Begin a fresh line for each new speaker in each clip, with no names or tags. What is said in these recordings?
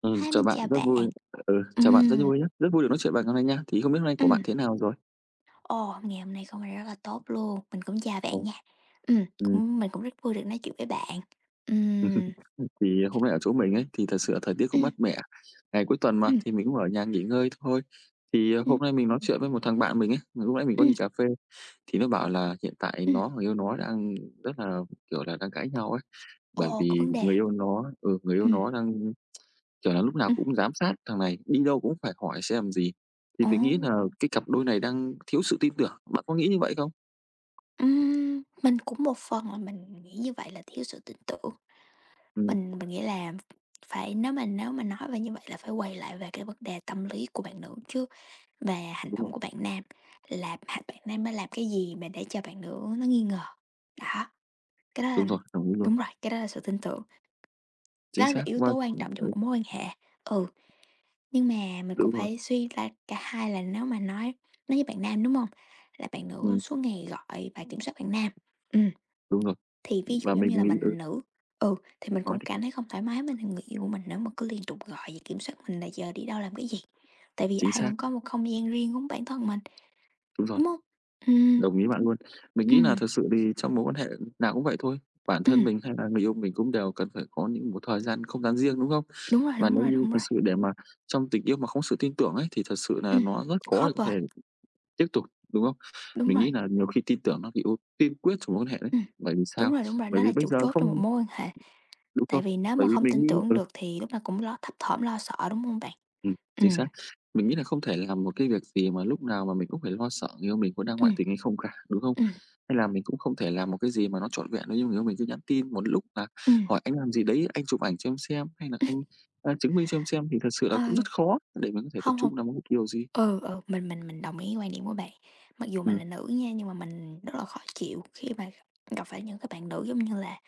Hi,
Chào
mình
bạn,
chào
rất vui
bạn.
ừ, chào bạn, rất
Ừm,
vui nhé rất vui được nói chuyện với bạn ngày hôm nay nha. Thì không biết hôm nay của bạn
ừm,
thế nào rồi?
ngày hôm nay không rất là tốt luôn. Mình cũng chào bạn
Ồ,
nha.
ừm.
Mình cũng rất vui được nói chuyện với bạn. Ừm.
Thì hôm nay ở chỗ mình ấy, thì thật sự là thời tiết cũng
Ừm.
mát mẻ, ngày cuối tuần mà,
Ừm.
thì mình cũng ở nhà nghỉ ngơi thôi. Thì,
Ừm.
hôm nay mình nói chuyện với một thằng bạn mình ấy, mà lúc nãy mình có đi
Ừm.
cà phê, thì nó bảo là hiện tại
Ừm.
nó người yêu nó đang rất là, kiểu là, đang cãi nhau ấy, bởi
Ồ, có
vì
vấn đề.
người yêu
Ừm,
nó đang kiểu là, lúc nào
ừm,
cũng giám sát thằng này, đi đâu cũng phải hỏi xem làm gì, thì
ồ,
mình nghĩ là cái cặp đôi này đang thiếu sự tin tưởng. Bạn có nghĩ như vậy không?
mình cũng một phần là mình nghĩ như vậy là thiếu sự tin tưởng.
Ừm,
Mình nghĩ là phải nếu mà nói về như vậy là phải quay lại về cái vấn đề tâm lý của bạn nữ chứ, và hành
đúng rồi,
động của bạn nam là h bạn nam đã làm cái gì mà để cho bạn nữ nó nghi ngờ. Đó, cái đó là
đúng rồi, đồng ý luôn,
đúng rồi, cái đó là sự tin tưởng,
chính
đó là
xác.
yếu
Và
tố quan trọng trong
ừ,
một mối quan hệ. Ừ, nhưng mà mình cũng
đúng rồi,
phải suy ra cả hai là nếu mà nói với bạn nam, đúng không? Là bạn nữ
ừm,
suốt ngày gọi và kiểm soát bạn nam. Ừm.
đúng rồi,
Thì ví dụ
và
giống như là mình là nữ, ừ, thì mình
nói
cũng
đi,
cảm thấy không thoải mái với người yêu của mình nếu mà cứ liên tục gọi và kiểm soát mình là giờ đi đâu làm cái gì. Tại vì
chính
ai
xác,
cũng có một không gian riêng của bản thân mình,
đúng rồi,
đúng không? Ừm.
đồng ý bạn luôn. Mình nghĩ là
Ừm.
thật sự thì trong mối quan hệ nào cũng vậy thôi, bản thân
Ừm,
mình hay là người yêu mình cũng đều cần phải có những một thời gian, không gian riêng, đúng không?
đúng rồi,
Và
đúng
nếu
rồi,
như
đúng
thật
rồi.
sự để mà trong tình yêu mà không sự tin tưởng ấy, thì thật sự là
Ừm,
nó rất khó
khó
để có thể
bền,
tiếp tục, đúng không?
đúng
Mình
rồi.
nghĩ là nhiều khi tin tưởng nó bị tiên quyết trong mối quan hệ đấy.
Ừm,
Bởi vì sao?
đúng rồi,
Bởi
nó là
vì bây
chủ
giờ
chốt trong một
không
mối quan hệ,
đúng
tại
rồi,
vì nếu
bởi
mà
vì
không
mình
tin
nghĩ
tưởng
ừ,
được thì lúc nào cũng lo thấp thỏm lo sợ, đúng không bạn? Ừ.
chính xác. Mình nghĩ là không thể làm một cái việc gì mà lúc nào mà mình cũng phải lo sợ người yêu mình có đang
Ừ.
ngoại tình hay không cả, đúng không?
Ừ.
Hay là mình cũng không thể làm một cái gì mà nó trọn vẹn nếu như người yêu mình cứ nhắn tin một lúc là
Ừm.
hỏi "Anh làm gì đấy? Anh chụp ảnh cho em xem" hay là "Anh, chứng minh cho em xem" thì thật sự là
Ừ,
cũng rất khó để mình có thể tập
hông, hông.
trung làm một điều gì.
Ừ, ừ, mình đồng ý cái quan điểm của bạn. Mặc dù mình
Ừm,
là nữ nha, nhưng mà mình rất là khó chịu khi mà gặp gặp phải những cái bạn nữ giống như là,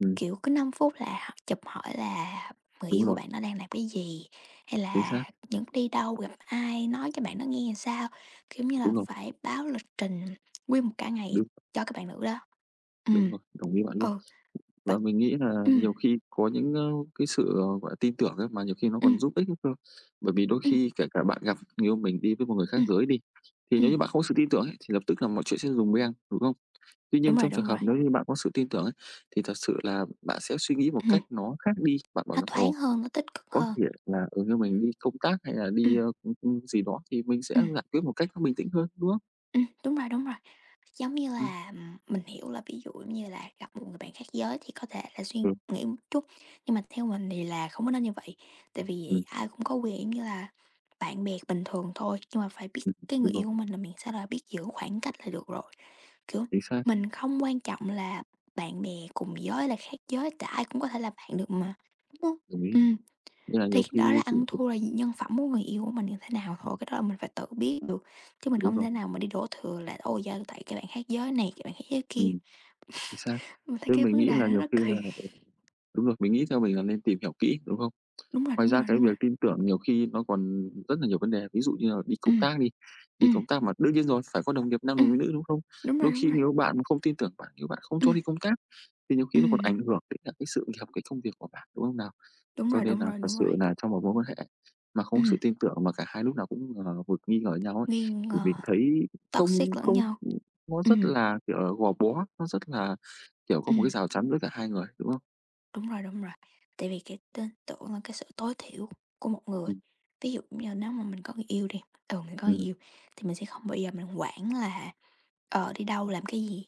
ừm,
kiểu, cứ 5 phút là họ chụp hỏi là người
đúng
yêu của
rồi,
bạn nó đang làm cái gì, hay
chính xác,
là những đi đâu, gặp ai, nói cho bạn nó nghe làm sao, kiểu như là,
đúng rồi,
phải báo lịch trình nguyên một cả ngày
đúng,
cho các bạn nữ đó. Ừ.
đúng rồi, đồng ý bạn luôn.
Ừ, vậy.
Và mình nghĩ là
Ừm.
nhiều khi có những, cái sự, gọi là, tin tưởng ấy, mà nhiều khi nó
Ừm.
còn giúp ích nữa cơ. Bởi vì đôi
Ừm.
khi kể cả bạn gặp người yêu mình đi với một người khác
Ừm.
giới đi, thì nếu
Ừm,
như bạn không có sự tin tưởng ấy, thì lập tức là mọi chuyện sẽ dùng beng, đúng không? Tuy
đúng
nhiên
rồi,
trong trường
đúng rồi.
hợp nếu như bạn có sự tin tưởng ấy, thì thật sự là bạn sẽ suy nghĩ một
Ừm,
cách nó khác đi. Bạn bảo
nó
rằng,
thoáng
ồ,
hơn, nó tích cực
có
hơn.
thể là, ở như mình đi công tác hay là đi,
Ừm.
gì đó thì mình sẽ
Ừm.
giải quyết một cách nó bình tĩnh hơn, đúng không?
Đúng rồi, đúng rồi. Giống như
Ừm,
là, mình hiểu là ví dụ như là gặp một người bạn khác giới thì có thể là suy
ừ,
nghĩ một chút, nhưng mà theo mình thì là không có nên như vậy, tại
ừm,
vì ai cũng có quyền, như là, bạn bè bình thường thôi, nhưng mà phải biết cái người
đúng rồi,
yêu của mình là mình sẽ là biết giữ khoảng cách là được rồi. Kiểu,
chính xác,
mình không quan trọng là bạn bè cùng giới là khác giới, tại ai cũng có thể là bạn được mà, đúng không?
đồng ý.
Ừm.
Nên là
Thì
nhiều
đó là
khi
ăn thua là nhân phẩm của người yêu của mình như thế nào thôi, cái đó là mình phải tự biết được, chứ mình
đúng
không
rồi,
thể nào mà đi đổ thừa là "Ôi, do tại các bạn khác giới này, các bạn khác giới kia."
ừm. Chính xác.
Mình thấy
Thế
cái
mình
vấn
nghĩ
đề đó
là nhiều
nó
khi là
kỳ.
đúng rồi, mình nghĩ theo mình là nên tìm hiểu kỹ, đúng không?
Đúng rồi,
Ngoài
đúng
ra
rồi,
cái
đúng rồi.
việc tin tưởng nhiều khi nó còn rất là nhiều vấn đề, ví dụ như là đi công
Ừm.
tác đi, đi
Ừm.
công tác mà đương nhiên rồi, phải có đồng nghiệp nam
Ừm,
đồng nghiệp nữ, đúng không?
đúng rồi,
Đôi
đúng
khi
rồi.
nếu bạn mà không tin tưởng bạn, nếu bạn không cho
Ừm.
đi công tác thì nhiều khi nó còn
Ừm,
ảnh hưởng đến cả cái sự nghiệp, cái công việc của bạn, đúng không nào?
đúng
Cho
rồi,
nên
đúng
là
rồi,
thật
đúng
sự
rồi.
là trong một mối quan hệ mà không có
Ừm,
sự tin tưởng mà cả hai lúc nào cũng, vực nghi ngờ nhau ấy,
nghi
thì
ngờ,
mình thấy
toxic
không
lẫn
không
nhau.
nó rất
Ừm.
là, kiểu là, gò bó, nó rất là, kiểu, có một
Ừm.
cái rào chắn giữa cả hai người, đúng không?
Đúng rồi, đúng rồi. Tại vì cái tin tưởng là cái sự tối thiểu của một người.
Ừm,
Ví dụ như nếu mà mình có người yêu đi, ừ, mình có người
ừm,
yêu thì mình sẽ không bao giờ mình quản là, ờ, đi đâu, làm cái gì.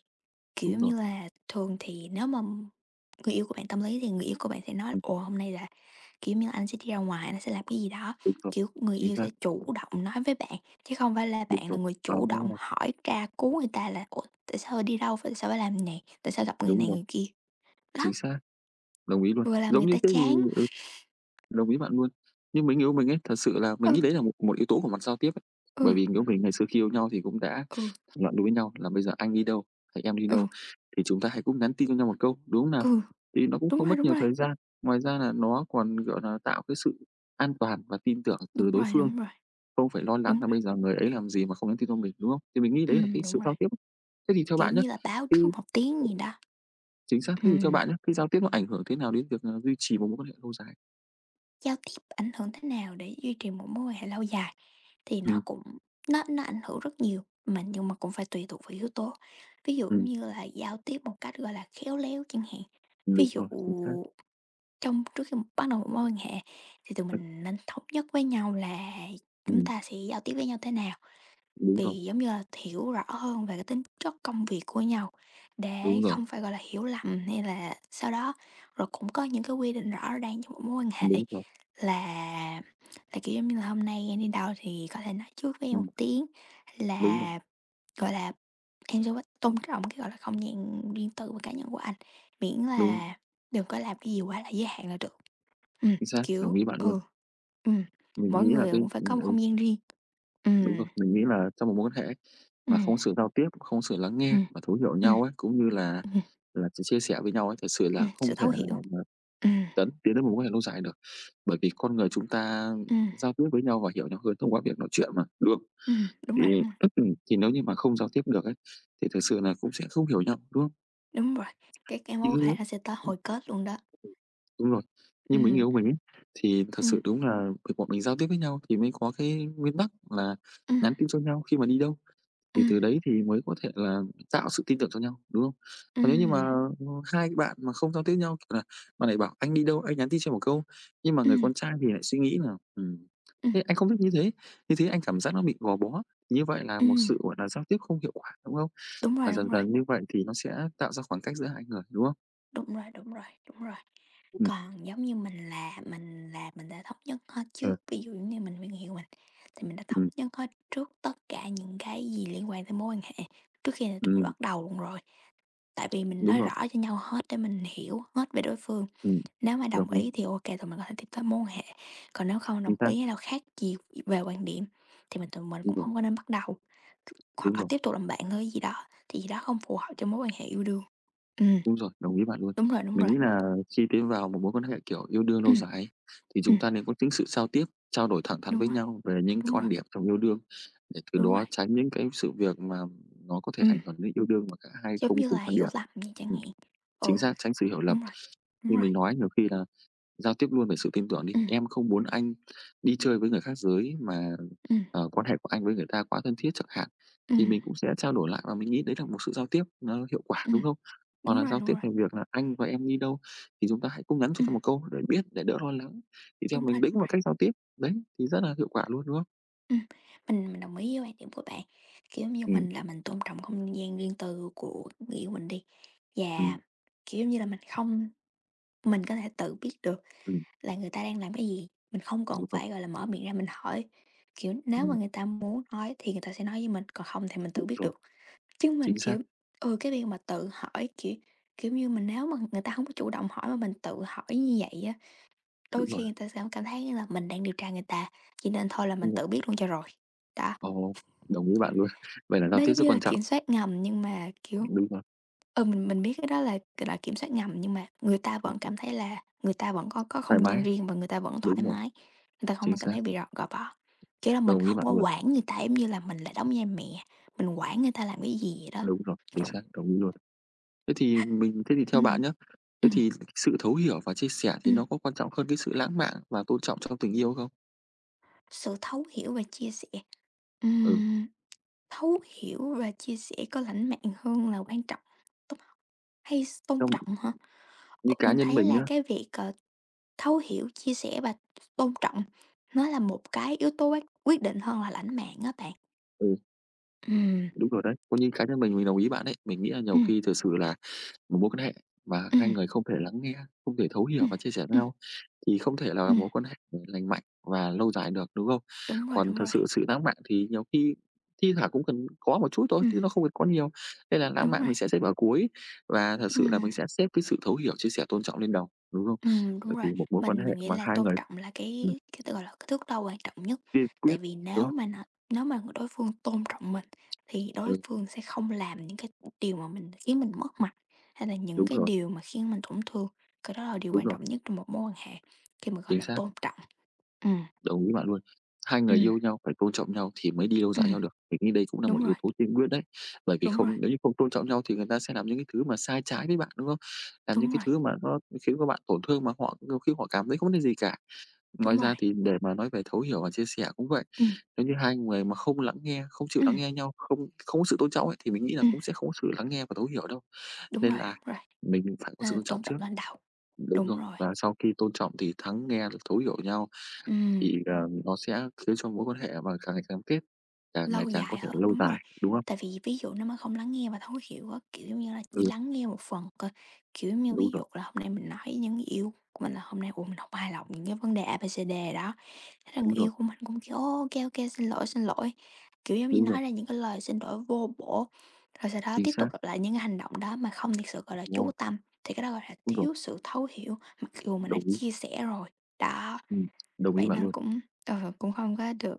Kiểu
đúng rồi,
như là, thường thì nếu mà người yêu của bạn tâm lý thì người yêu của bạn sẽ nói:
ừm,
"Ồ, hôm nay là, kiểu như, là anh sẽ đi ra ngoài, anh sẽ làm cái gì đó."
đúng rồi,
Kiểu, người
chính
yêu
xác,
sẽ chủ động nói với bạn, chứ không phải là
đúng
bạn là
rồi.
người
Ờ,
chủ động hỏi tra cứu người ta là "Ủa, tại sao đi đâu, tại sao phải làm này, tại sao gặp người
đúng
này
rồi,
người kia?" Đó,
chính xác, đồng ý luôn.
vừa làm
Giống
người
như
ta
thế thì
chán.
ừ. Đồng ý bạn luôn. Nhưng mình người yêu mình ấy, thật sự là mình nghĩ
Ừ.
đấy là một một yếu tố của mặt giao tiếp ấy.
Ừ.
Bởi vì người mình ngày xưa khi yêu nhau thì cũng đã
Ừ.
thảo luận đối với nhau là bây giờ anh đi đâu, hay em đi
Ừ.
đâu thì chúng ta hãy cũng nhắn tin cho nhau một câu, đúng không nào?
Ừ,
Thì nó cũng
đúng
không
rồi,
mất
đúng
nhiều
rồi,
thời gian, ngoài ra là nó còn, gọi là, tạo cái sự an toàn và tin tưởng
đúng
từ đối
rồi,
phương,
đúng rồi,
không phải lo lắng
đúng
là
rồi.
bây giờ người ấy làm gì mà không nhắn tin cho mình, đúng không? Thì mình nghĩ đấy là
Ừm,
cái sự
đúng rồi,
giao tiếp. Thế thì theo
kiểu
bạn nhé
như là, báo
cái
trước một tiếng gì đó.
chính xác, thế thì theo
Ừm,
bạn nhé cái giao tiếp nó ảnh hưởng thế nào đến việc, duy trì một mối quan hệ lâu dài?
giao tiếp ảnh hưởng thế nào để duy trì một mối quan hệ lâu dài thì nó
Ừm,
cũng nó ảnh hưởng rất nhiều, mà nhưng mà cũng phải tùy thuộc vào yếu tố. Ví dụ
ừm,
như là giao tiếp một cách, gọi là, khéo léo chẳng hạn. Ví
đúng
dụ
rồi, chính xác.
trong trước khi bắt đầu một mối quan hệ thì tụi mình nên thống nhất với nhau là chúng
Ừm,
ta sẽ giao tiếp với nhau thế nào.
đúng rồi,
Vì giống như là hiểu rõ hơn về cái tính chất công việc của nhau,
đúng
để
rồi,
không phải, gọi là, hiểu lầm hay là sau đó. Rồi cũng có những cái quy định rõ ràng trong một mối quan hệ
đúng rồi,
là kiểu, giống như là, hôm nay em đi đâu thì có thể nói trước với em
ừm,
một tiếng,
đúng rồi,
là, gọi là, em sẽ tôn trọng cái, gọi là, không gian riêng tư và cá nhân của anh, miễn
đúng rồi,
là đừng có làm cái gì quá là giới hạn là được. Ừm,
chính xác, đồng
kiểu
ý bạn luôn.
ừ, ừm,
Mình
mỗi
nghĩ là
người
cái
cũng phải có một
ừ,
không gian riêng. Ừ.
đúng rồi, mình nghĩ là trong một mối quan hệ ấy,
Ừ.
mà không sự giao tiếp, không sự lắng nghe
Ừm.
và thấu hiểu
Ừm.
nhau ấy, cũng như
Ừm.
là sự chia sẻ với nhau ấy, thật sự là không
Sự
thể
thấu hiểu.
nào mà
Ừm.
tấn tiến đến một mối quan hệ lâu dài được. Bởi vì con người chúng ta
Ừm.
giao tiếp với nhau và hiểu nhau hơn thông qua việc nói chuyện mà, đúng không?
Ừm, đúng rồi, đúng
Thì
rồi,
thì nếu như mà không giao tiếp được ấy, thì thực sự là cũng sẽ không hiểu nhau, đúng không?
đúng rồi, cái mối quan hệ
Chứ
nó sẽ tới hồi kết luôn đó.
đúng rồi. Như mấy người
Ừm.
yêu mình ấy, thì thật
Ừm.
sự đúng là việc bọn mình giao tiếp với nhau thì mới có cái nguyên tắc là
Ừm.
nhắn tin cho nhau khi mà đi đâu, thì
Ừm.
từ đấy thì mới có thể là tạo sự tin tưởng cho nhau, đúng không? Còn nếu như mà,
Ừm.
hai cái bạn mà không giao tiếp với nhau, kiểu là, bạn này bảo "Anh đi đâu?" Anh nhắn tin cho một câu, nhưng mà người
Ừm.
con trai thì lại suy nghĩ là
Ừm.
thế anh không thích như thế anh cảm giác nó bị gò bó." thì như vậy là một
Ừm,
sự, gọi là, giao tiếp không hiệu quả, đúng không?
đúng rồi,
Và
đúng
dần
rồi,
dần như vậy thì nó sẽ tạo ra khoảng cách giữa hai người, đúng không?
đúng rồi, đúng rồi, đúng rồi.
Ừm,
Còn giống như mình là mình đã thống nhất hết
ờ,
trước, ví dụ giống như mình người yêu mình, thì mình đã thống
ừm,
nhất hết trước tất cả những cái gì liên quan tới mối quan hệ trước khi tụi mình
ừm.
bắt đầu luôn rồi. Tại vì mình
Đúng
nói
rồi,
rõ cho nhau hết để mình hiểu hết về đối phương.
ừm,
Nếu mà đồng
đồng ý,
ý thì ok kê, tụi mình có thể tiếp tới mối quan hệ, còn nếu không
chính
đồng
xác,
ý hay là khác gì về quan điểm thì mình tụi mình
đúng
cũng
rồi,
không có nên bắt đầu, hoặc
đúng
là
rồi,
tiếp tục làm bạn thôi gì đó, thì gì đó không phù hợp cho mối quan hệ yêu đương. Ừm,
đúng rồi, đồng ý bạn luôn.
đúng rồi, đúng
Mình
rồi.
nghĩ là khi tiến vào một mối quan hệ, kiểu, yêu đương lâu
Ừm.
dài ấy, thì chúng
Ừm,
ta nên có những sự giao tiếp, trao đổi thẳng thắn
đúng
với
rồi,
nhau về những
đúng rồi,
quan điểm trong yêu đương, để từ
đúng rồi.
đó tránh những cái sự việc mà nó có thể
Ừm,
ảnh hưởng đến yêu đương mà cả hai
giống
không
như
cùng
là
quan
hiểu
điểm.
lầm vậy chẳng
Ừm,
hạn. Ừ,
chính xác, tránh sự hiểu lầm.
đúng rồi, đúng
Như
rồi.
mình nói nhiều khi là giao tiếp luôn về sự tin tưởng đi.
Ừm.
Em không muốn anh đi chơi với người khác giới mà,
Ừm.
quan hệ của anh với người ta quá thân thiết chẳng hạn, thì
Ừm.
mình cũng sẽ trao đổi lại và mình nghĩ đấy là một sự giao tiếp nó hiệu quả, đúng
Ừm,
không? Hoặc
đúng
là
rồi,
giao
đúng
tiếp
rồi.
về việc là anh và em đi đâu thì chúng ta hãy cũng nhắn cho
Ừm,
nhau một câu để biết, để đỡ lo lắng. Thì theo
đúng rồi,
mình đấy
đúng
cũng là
rồi.
cách giao tiếp, đấy, thì rất là hiệu quả luôn, đúng không?
Ừm, mình đồng ý với quan điểm của bạn, kiểu, như
Ừm,
mình là mình tôn trọng không gian riêng tư của người yêu mình đi, và,
ừm,
kiểu, như là, mình không mình có thể tự biết được
ừm,
là người ta đang làm cái gì, mình không còn
đúng rồi,
phải, gọi là, mở miệng ra mình hỏi. Kiểu, nếu mà
ừm,
người ta muốn nói thì người ta sẽ nói với mình, còn không thì mình
đúng
tự biết
rồi,
được. Chứ mình,
chính xác,
kiểu ừ, cái việc mà tự hỏi, kiểu kiểu như, mình nếu mà người ta không có chủ động hỏi mà mình tự hỏi như vậy á, đôi
đúng rồi,
khi người ta sẽ cảm thấy như là mình đang điều tra người ta, chỉ nên thôi là mình
đúng rồi.
tự biết luôn cho rồi. Đó.
Ồ, đồng ý bạn luôn. Vậy là giao
Đó
tiếp
giống
rất
như là
quan trọng,
kiểm soát ngầm nhưng mà, kiểu,
đúng rồi,
ừ, mình biết cái đó là, kiểm soát ngầm nhưng mà người ta vẫn
ừm,
cảm thấy là người ta vẫn có
thoải
không gian
mái,
riêng và người ta vẫn thoải
đúng rồi,
mái, người ta
chính
không cảm
xác.
thấy bị gò bó. Kiểu là, mình
Đồng ý
không
bạn
có
luôn.
quản người ta giống như là mình là đóng vai mẹ, mình quản người ta làm cái gì vậy đó.
Đúng rồi, chính xác, đồng ý luôn. Thế thì theo
Ừm.
bạn nhá, thế
Ừm.
thì sự thấu hiểu và chia sẻ thì
Ừm,
nó có quan trọng hơn cái sự lãng mạn và tôn trọng trong tình yêu không?
sự thấu hiểu và chia sẻ.
Ừ,
Ừm, thấu hiểu và chia sẻ có lãnh mạn hơn là quan trọng hay tôn
trong
trọng hả? Ờ,
như cá
mình
nhân
thấy
mình
là
nhá
cái việc, ờ, thấu hiểu, chia sẻ và tôn trọng nó là một cái yếu tố quyết định hơn là lãnh mạn á bạn.
ừ,
Ừm.
đúng rồi đấy, có như cá nhân mình đồng ý bạn đấy. Mình nghĩ là nhiều
Ừm.
khi thực sự là một mối quan hệ mà hai
Ừm.
người không thể lắng nghe, không thể thấu hiểu
Ừm.
và chia sẻ với
Ừm.
nhau thì không thể là
Ừm,
mối quan hệ lành mạnh và lâu dài được, đúng không?
đúng rồi,
Còn
đúng
thật
rồi.
sự sự lãng mạn thì nhiều khi thi thoảng cũng cần có một chút thôi,
Ừm,
chứ nó không cần có nhiều. Nên là lãng
đúng
mạn
rồi.
mình sẽ xếp vào cuối và thật sự là
Ừm.
mình sẽ xếp cái sự thấu hiểu, chia sẻ, tôn trọng lên đầu, đúng không?
Ừm, đúng
Bởi
rồi.
vì một mối quan
Mình
hệ
mình nghĩ
mà
là
hai
tôn
người
trọng là
ừm,
cái cái gọi là, cái thước đo quan trọng nhất,
kiên quyết,
tại vì
đúng không?
nếu mà đối phương tôn trọng mình thì đối
Ừ,
phương sẽ không làm những cái điều mà mình khiến mình mất mặt, hay là những
đúng
cái
rồi,
điều mà khiến mình tổn thương, cái đó là điều
đúng
quan
rồi,
trọng nhất trong một mối quan hệ, khi mà, gọi
chính
là,
xác.
tôn trọng. Ừm.
Đồng ý bạn luôn. Hai người
Ừm.
yêu nhau phải tôn trọng nhau thì mới đi lâu dài
Ừm,
nhau được. Mình nghĩ đây cũng là một
đúng rồi,
yếu tố tiên quyết đấy. Bởi vì
đúng rồi,
không, nếu như không tôn trọng nhau thì người ta sẽ làm những cái thứ mà sai trái với bạn, đúng không? Làm những
đúng
cái
rồi,
thứ mà nó khiến các bạn tổn thương mà họ nhiều khi họ cảm thấy không vấn gì cả.
đúng
Ngoài
rồi.
ra thì để mà nói về thấu hiểu và chia sẻ cũng vậy.
Ừm.
Nếu như hai người mà không lắng nghe, không chịu lắng
Ừm.
nghe nhau, không không có sự tôn trọng ấy, thì mình nghĩ là
Ừm,
cũng sẽ không có sự lắng nghe và thấu hiểu đâu. Nên là
đúng rồi,
mình phải có sự tôn
nên
trọng
tôn trọng
trước.
lãnh đạo,
Đúng
đúng
rồi,
rồi,
và sau khi tôn trọng thì thắng nghe, rồi thấu hiểu nhau
ừm.
thì, nó sẽ khiến cho mối quan hệ mà càng ngày càng kết, càng ngày
Lâu
càng có
dài
thể
hơn,
lâu
đúng rồi.
dài, đúng không?
Tại vì ví dụ nếu mà không lắng nghe và thấu hiểu á, kiểu như là, chỉ
Ừ,
lắng nghe một phần coi, kiểu như,
đúng
ví
rồi,
dụ là hôm nay mình nói với những người yêu của mình là hôm nay, ủa, mình không hài lòng những cái vấn đề A, B, C, D đó, thế là người
đúng rồi,
yêu của mình cũng kiểu "Ô, ô kê, xin lỗi, xin lỗi." Kiểu, giống như,
đúng rồi,
nói ra những cái lời xin lỗi vô bổ, rồi sau đó
chính
tiếp
xác.
tục lặp lại những cái hành động đó mà không thực sự, gọi là, chú
Wow,
tâm, thì cái đó gọi là
đúng rồi,
thiếu sự thấu hiểu, mặc dù mình đã
đồng ý,
chia sẻ rồi. Đó,
ừm, đồng ý
vậy
bạn
nên
luôn,
cũng, ừ, cũng không có được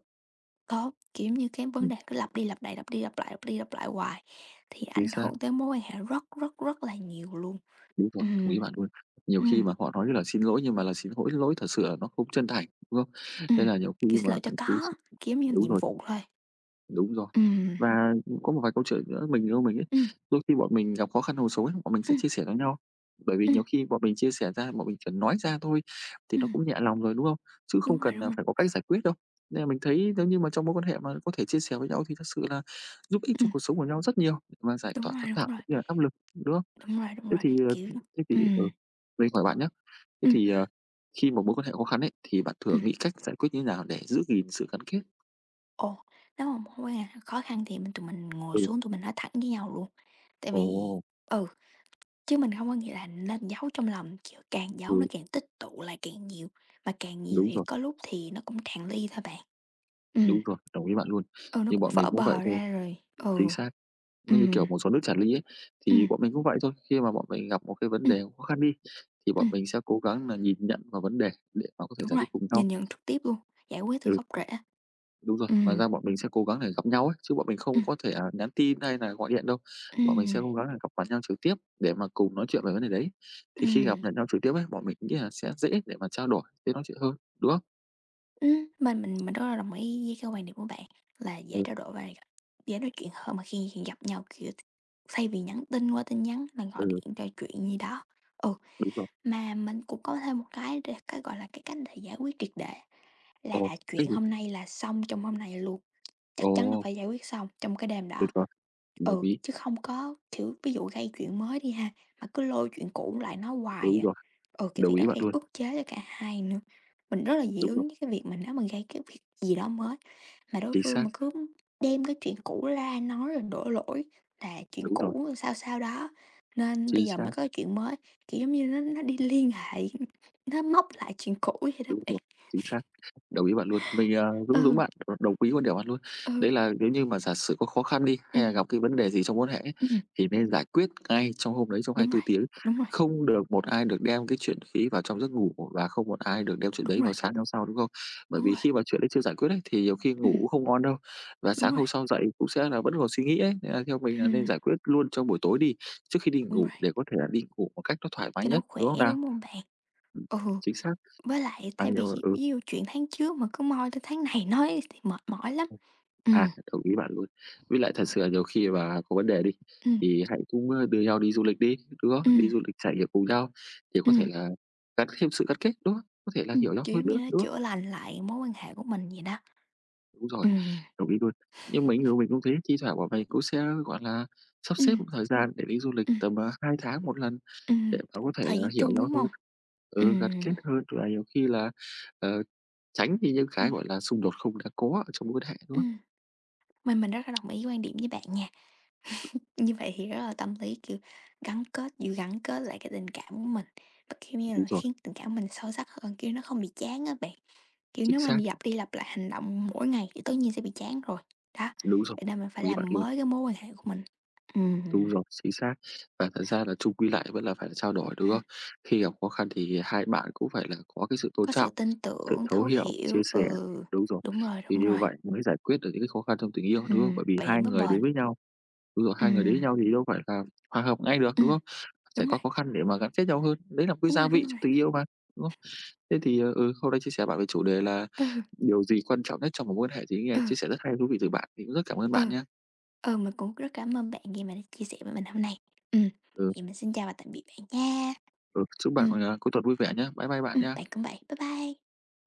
có, kiểu như, cái vấn
ừm,
đề cứ lặp đi lặp lại, lặp đi lặp lại, lặp đi lặp lại hoài thì
chính
ảnh
xác,
hưởng tới mối quan hệ rất, rất, rất là nhiều luôn.
đúng rồi, đồng
Ừm,
ý bạn luôn. Nhiều
ừm,
khi mà họ nói là "Xin lỗi" nhưng mà là xin lỗi lỗi thật sự là nó không chân thành, đúng không? Nên
ừm,
là nhiều khi
kiểu, xin lỗi
mà c
cho
cứ
có, kiếm như
đúng
nhiệm
rồi.
vụ thôi.
Đúng rồi.
Ừm,
Và có một vài câu chuyện giữa mình yêu mình ấy,
ừm,
đôi khi bọn mình gặp khó khăn hồ số ấy, bọn mình sẽ
ừm,
chia sẻ với nhau. Bởi vì
ừm,
nhiều khi bọn mình chia sẻ ra, bọn mình chỉ nói ra thôi thì nó
ừm,
cũng nhẹ lòng rồi, đúng không? Chứ
đúng
không
rồi,
cần
đúng
là
rồi,
phải có cách giải quyết đâu. Nên là mình thấy nếu như mà trong mối quan hệ mà có thể chia sẻ với nhau thì thật sự là giúp ích cho
ừm,
cuộc sống của nhau rất nhiều để mà giải
đúng
tỏa
rồi,
căng
đúng
thẳng
rồi,
cũng như là áp lực, đúng không?
đúng rồi, đúng
Thế
rồi,
thì, ờ,
kiểu
thế thì ừ,
ừm,
mình hỏi bạn nhé. thế
ừm,
thì, ờ, Khi mà mối quan hệ khó khăn ấy, thì bạn thường
ừm.
nghĩ cách giải quyết như thế nào để giữ gìn sự gắn kết?
Ồ, nếu mà mối quan hệ khó khăn thì mình tụi mình ngồi
Ừ,
xuống tụi mình nói thẳng với nhau luôn, tại vì
ồ,
ừ. Chứ mình không có nghĩa là nên giấu trong lòng, kiểu, càng giấu nó
ừ,
càng tích tụ lại càng nhiều, mà càng nhiều
đúng
thì
rồi.
có lúc thì nó cũng tràn ly thôi bạn. Ừm,
Đúng rồi, đồng ý bạn luôn.
ừ, nó
Như
cũng
bọn mình
vỡ
cũng vậy
bờ
thôi,
ra rồi.
chính
Ừ,
xác.
ừ
Nó như kiểu một số nước tràn ly ấy,
ừm,
thì bọn mình cũng vậy thôi. Khi mà bọn mình gặp một cái vấn
ừm,
đề khó khăn đi, thì bọn
ừm,
mình sẽ cố gắng là nhìn nhận vào vấn đề để mà có thể
đúng
giải
rồi,
quyết cùng nhau.
nhìn nhận trực tiếp luôn, giải quyết từ
Ừ,
gốc rễ.
đúng rồi. Ngoài
Ừ
ra bọn mình sẽ cố gắng để gặp nhau ấy, chứ bọn mình
ừ
không có thể, à, nhắn tin hay là gọi điện đâu. Bọn mình sẽ
ừm,
cố gắng là gặp mặt nhau trực tiếp để mà cùng nói chuyện về vấn đề đấy. Thì khi gặp
ừm.
mặt nhau trực tiếp ấy, bọn mình nghĩ là sẽ dễ để mà trao đổi, dễ nói chuyện hơn, đúng không?
Mình rất là đồng ý với cái quan điểm của bạn là dễ
Ừ,
trao đổi và dễ nói chuyện hơn mà khi khi gặp nhau, kiểu, thay vì nhắn tin qua tin nhắn là gọi
ừ,
điện trò chuyện gì đó. Ừ,
đúng rồi.
mà mình cũng có thêm một cái để cái, gọi là, cái cách để giải quyết triệt để là
Ồ,
chuyện
cách gì?
hôm nay là xong trong hôm nay luôn.
Ồ,
Chắc chắn là phải giải quyết xong trong cái đêm đó.
tuyệt vời, đồng
Ừ,
ý,
chứ không có, kiểu, ví dụ gây chuyện mới đi ha, mà cứ lôi chuyện cũ lại nói hoài
đúng
à.
rồi.
Ừ, cái
Đồng
việc đó
ý bạn
gây
luôn.
ức chế cho cả hai nữa. Mình rất là dị
Đúng rồi,
ứng với cái việc mà nếu mình gây cái việc gì đó mới, mà đối
chính
phương
xác,
mà cứ đem cái chuyện cũ ra nói rồi đổ lỗi là chuyện
đúng rồi,
cũ sao sao đó, nên bây
chính
giờ
xác.
mới có cái chuyện mới, kiểu, giống như nó đi liên hệ, nó móc lại chuyện cũ vậy đó
Đúng
bạn.
rồi, chính xác. Đồng ý bạn luôn. Mình, à, cũng giống
Ừ,
bạn, đ đồng ý quan điểm bạn luôn.
ừ,
Đấy là nếu như mà giả sử có khó khăn đi, hay là
ừm,
gặp cái vấn đề gì trong mối quan hệ ấy,
ừm,
thì nên giải quyết ngay trong hôm đấy, trong hai
đúng rồi,
tư tiếng.
đúng rồi,
Không được một ai được đem cái chuyện khí vào trong giấc ngủ và không một ai được đem chuyện
đúng
đấy
rồi.
vào sáng hôm sau, đúng không? Bởi
Đúng
vì
rồi,
khi mà chuyện đấy chưa giải quyết ấy, thì nhiều khi ngủ
ừm,
cũng không ngon đâu, và
đúng
sáng
rồi,
hôm sau dậy cũng sẽ là vẫn còn suy nghĩ ấy. Nên là theo mình là nên
ừm,
giải quyết luôn trong buổi tối đi, trước khi đi
đúng
ngủ
rồi,
để có thể là đi ngủ một cách nó thoải mái
cho nó
nhất,
khỏe,
đúng không nào?
đúng không bạn?
Ừm,
Ừ,
chính xác.
với lại
À,
thay vì
nhiều
gi
ừ.
ví dụ chuyện tháng trước mà cứ moi tới tháng này nói thì mệt mỏi lắm.
À,
Ừm,
đồng ý bạn luôn. Với lại thật sự là nhiều khi mà có vấn đề đi,
ừm,
thì hãy cũng, đưa nhau đi du lịch đi, đúng không? Đi
ừm,
du lịch trải nghiệm cùng nhau thì có thể
ừm,
là gắn thêm sự gắn kết, đúng không? Có thể là hiểu nhau
kiểu,
hơn
giống như
nữa,
nó
đúng không?
chữa lành lại mối quan hệ của mình vậy đó.
Đúng rồi,
Ừm,
đồng ý luôn. Nhưng mà người mình cũng thế, thi thoảng bọn mình cũng sẽ, gọi là, sắp xếp
ừm,
một thời gian để đi du lịch
ừm,
tầm, à, 2 tháng một lần để
ừm,
mà có thể
thời
là
gian
hiểu
chung,
nhau
đúng
hơn,
không?
ừ, gắn kết
Ừm,
hơn và nhiều khi là, ờ, tránh đi những cái,
ừm,
gọi là, xung đột không đã có ở trong mối quan hệ, đúng không?
ừm, mà mình rất là đồng ý quan điểm với bạn nha. Như vậy thì rất là tâm lý, kiểu, gắn kết vừa gắn kết lại cái tình cảm của mình, và, kiểu như là,
Đúng rồi,
khiến tình cảm mình sâu sắc hơn, kiểu, nó không bị chán á bạn. Kiểu,
chính
nếu mà
xác,
lặp đi lặp lại hành động mỗi ngày thì tất nhiên sẽ bị chán rồi, đó,
đúng rồi,
vậy nên mình phải
đồng ý bạn
làm
luôn.
mới cái mối quan hệ của mình.
Đúng
Ừm,
rồi, chính xác. Và thật ra là chung quy lại vẫn là phải trao đổi, đúng
ừm,
không? Khi gặp khó khăn thì hai bạn cũng phải là có cái sự tôn
có sự
trọng,
tin
sự
tưởng,
thấu
thấu
hiểu, chia
hiểu,
sẻ.
ừ,
Đúng rồi, thì
đúng
như
rồi,
vậy mới giải quyết được những cái khó khăn trong tình yêu, đúng không? Bởi vì
vậy thì
hai
mới
người đến
bền.
với nhau đúng rồi, hai người đến với
Ừm,
nhau thì đâu phải là hòa hợp ngay được, đúng
ừm,
không? Trải
đúng rồi,
qua khó khăn để mà gắn kết nhau hơn, đấy là một cái
đúng
gia
rồi, đúng
vị trong
rồi,
tình yêu mà, đúng không? Thế thì, ờ, ừ, hôm nay chia sẻ bạn về chủ đề là
ừ,
điều gì quan trọng nhất trong một mối quan hệ thì nghe
ừ,
chia sẻ rất hay, thú vị từ bạn, thì cũng rất cảm ơn bạn
ừ.
nhé.
Ừ, mình cũng rất cảm ơn bạn khi mà đã chia sẻ với mình hôm nay. Ừm,
Ừ,
vậy mình xin chào và tạm biệt bạn nha.
ừ, chúc bạn,
Ừm,
cuối tuần vui vẻ nhé, bye bye bạn nhé.
bạn cũng vậy. Bye bye.